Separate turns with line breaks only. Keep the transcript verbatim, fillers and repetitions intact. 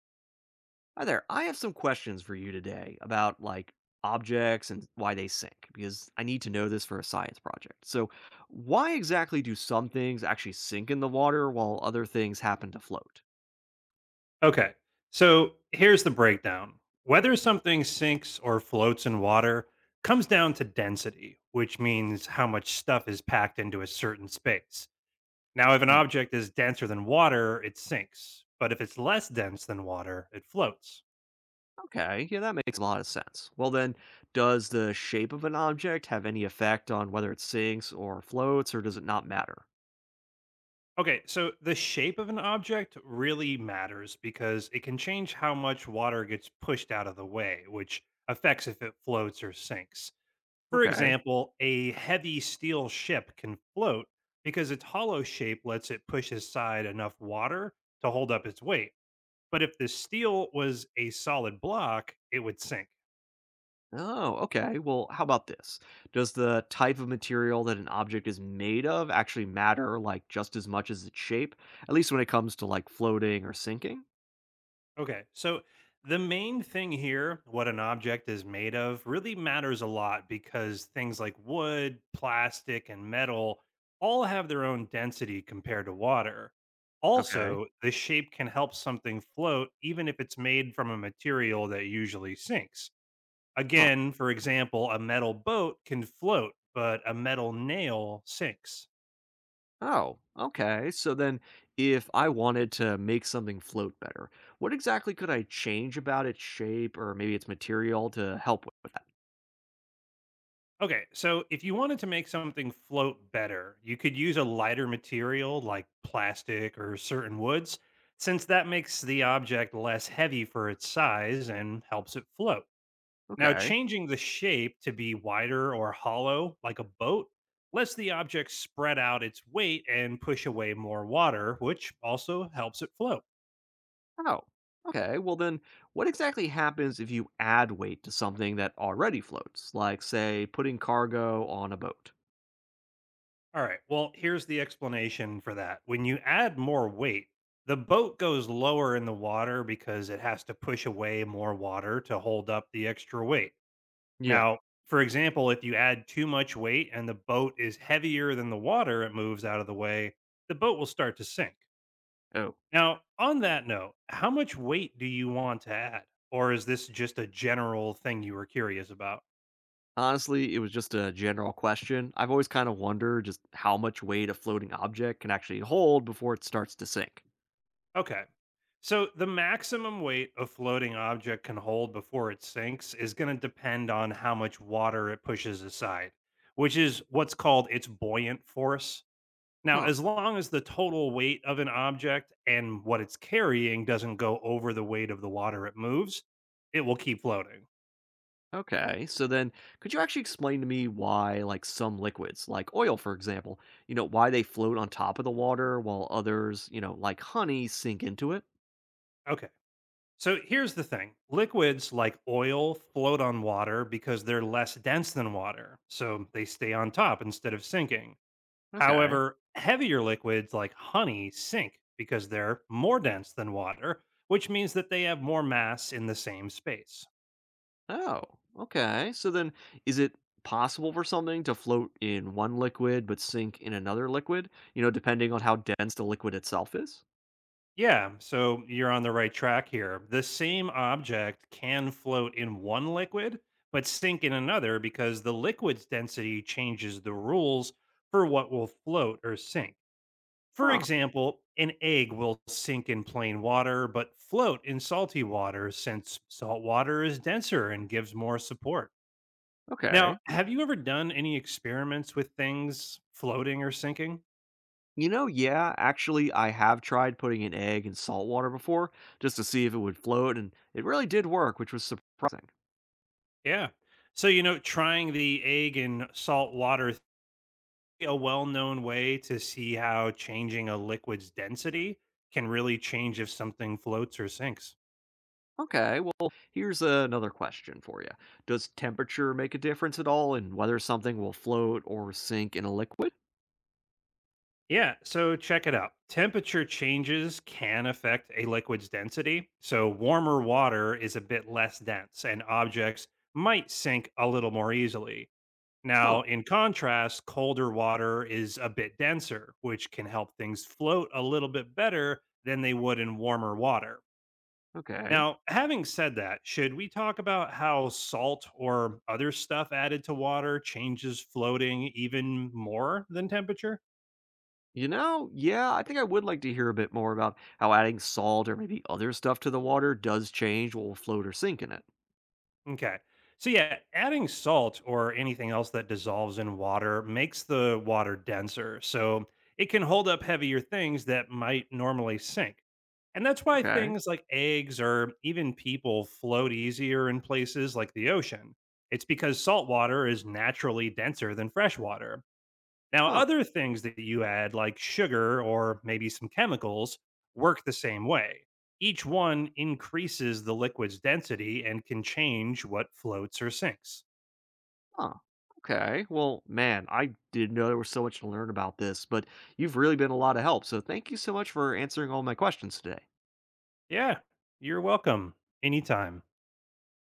Hi there. I have some questions for you today about like objects and why they sink because I need to know this for a science project. So, why exactly do some things actually sink in the water while other things happen to float?
Okay. So here's the breakdown whether something sinks or floats in water comes down to density, which means how much stuff is packed into a certain space. Now, if an
Hmm.
object is denser than water, it sinks. But if it's less dense than water, it floats.
Okay, yeah, that makes a lot of sense. Well, then, does the shape of an object have any effect on whether it sinks or floats, or does it not matter?
Okay, so the shape of an object really matters because it can change how much water gets pushed out of the way, which affects if it floats or sinks. For
Okay.
example, a heavy steel ship can float because its hollow shape lets it push aside enough water to hold up its weight. But if the steel was a solid block, it would sink.
Oh, okay. Well, how about this? Does the type of material that an object is made of actually matter like just as much as its shape, at least when it comes to like floating or sinking?
Okay. So the main thing here, what an object is made of, really matters a lot because things like wood, plastic, and metal all have their own density compared to water.
Okay.
Also, the shape can help something float even if it's made from a material that usually sinks.
Huh.
Again, for example, a metal boat can float, but a metal nail sinks.
Oh, okay. So then if I wanted to make something float better, what exactly could I change about its shape or maybe its material to help with that?
Okay, so if you wanted to make something float better, you could use a lighter material like plastic or certain woods, since that makes the object less heavy for its size and helps it float. Now,
Okay.
changing the shape to be wider or hollow, like a boat, lets the object spread out its weight and push away more water, which also helps it float.
Oh. Okay, well then, what exactly happens if you add weight to something that already floats, like, say, putting cargo on a boat?
All right. Well, here's the explanation for that. When you add more weight, the boat goes lower in the water because it has to push away more water to hold up the extra weight.
Yeah.
Now, for example, if you add too much weight and the boat is heavier than the water it moves out of the way, the boat will start to sink.
Oh,
Now, on that note, how much weight do you want to add? Or is this just a general thing you were curious about?
honestly, it was just a general question. I've always kind of wondered just how much weight a floating object can actually hold before it starts to sink.
Okay. So the maximum weight a floating object can hold before it sinks is going to depend on how much water it pushes aside, which is what's called its buoyant force. Now,
Huh.
as long as the total weight of an object and what it's carrying doesn't go over the weight of the water it moves, it will keep floating.
Okay. So then, could you actually explain to me why, like some liquids, like oil, for example, you know, why they float on top of the water while others, you know, like honey, sink into it?
Okay. So here's the thing liquids like oil float on water because they're less dense than water. So they stay on top instead of sinking.
Okay.
However, heavier liquids like honey sink because they're more dense than water, which means that they have more mass in the same space.
Oh, okay. So then, is it possible for something to float in one liquid but sink in another liquid, you know, depending on how dense the liquid itself is?
Yeah, so you're on the right track here. The same object can float in one liquid, but sink in another because the liquid's density changes the rules for what will float or sink. For
Huh.
example, an egg will sink in plain water, but float in salty water since salt water is denser and gives more support.
Okay.
Now, have you ever done any experiments with things floating or sinking?
You know, yeah, actually, I have tried putting an egg in salt water before just to see if it would float, and it really did work, which was surprising.
Yeah. So, you know, trying the egg in salt water, a well known way to see how changing a liquid's density can really change if something floats or sinks.
Okay, well, here's another question for you. Does temperature make a difference at all in whether something will float or sink in a liquid?
Yeah. So, check it out. Temperature changes can affect a liquid's density. So, warmer water is a bit less dense and objects might sink a little more easily.
Huh,
Now, in contrast, colder water is a bit denser, which can help things float a little bit better than they would in warmer water.
okay.
Now, having said that, should we talk about how salt or other stuff added to water changes floating even more than temperature?
You know, yeah, I think I would like to hear a bit more about how adding salt or maybe other stuff to the water does change what will float or sink in it.
Okay. So yeah, adding salt or anything else that dissolves in water makes the water denser. So it can hold up heavier things that might normally sink. And that's why
Okay.
things like eggs or even people float easier in places like the ocean. It's because salt water is naturally denser than fresh water. Now,
Huh.
other things that you add, like sugar or maybe some chemicals, work the same way. Each one increases the liquid's density and can change what floats or sinks.
Oh, okay. Well, man, I didn't know there was so much to learn about this, but you've really been a lot of help. So thank you so much for answering all my questions today.
Yeah, you're welcome. Anytime.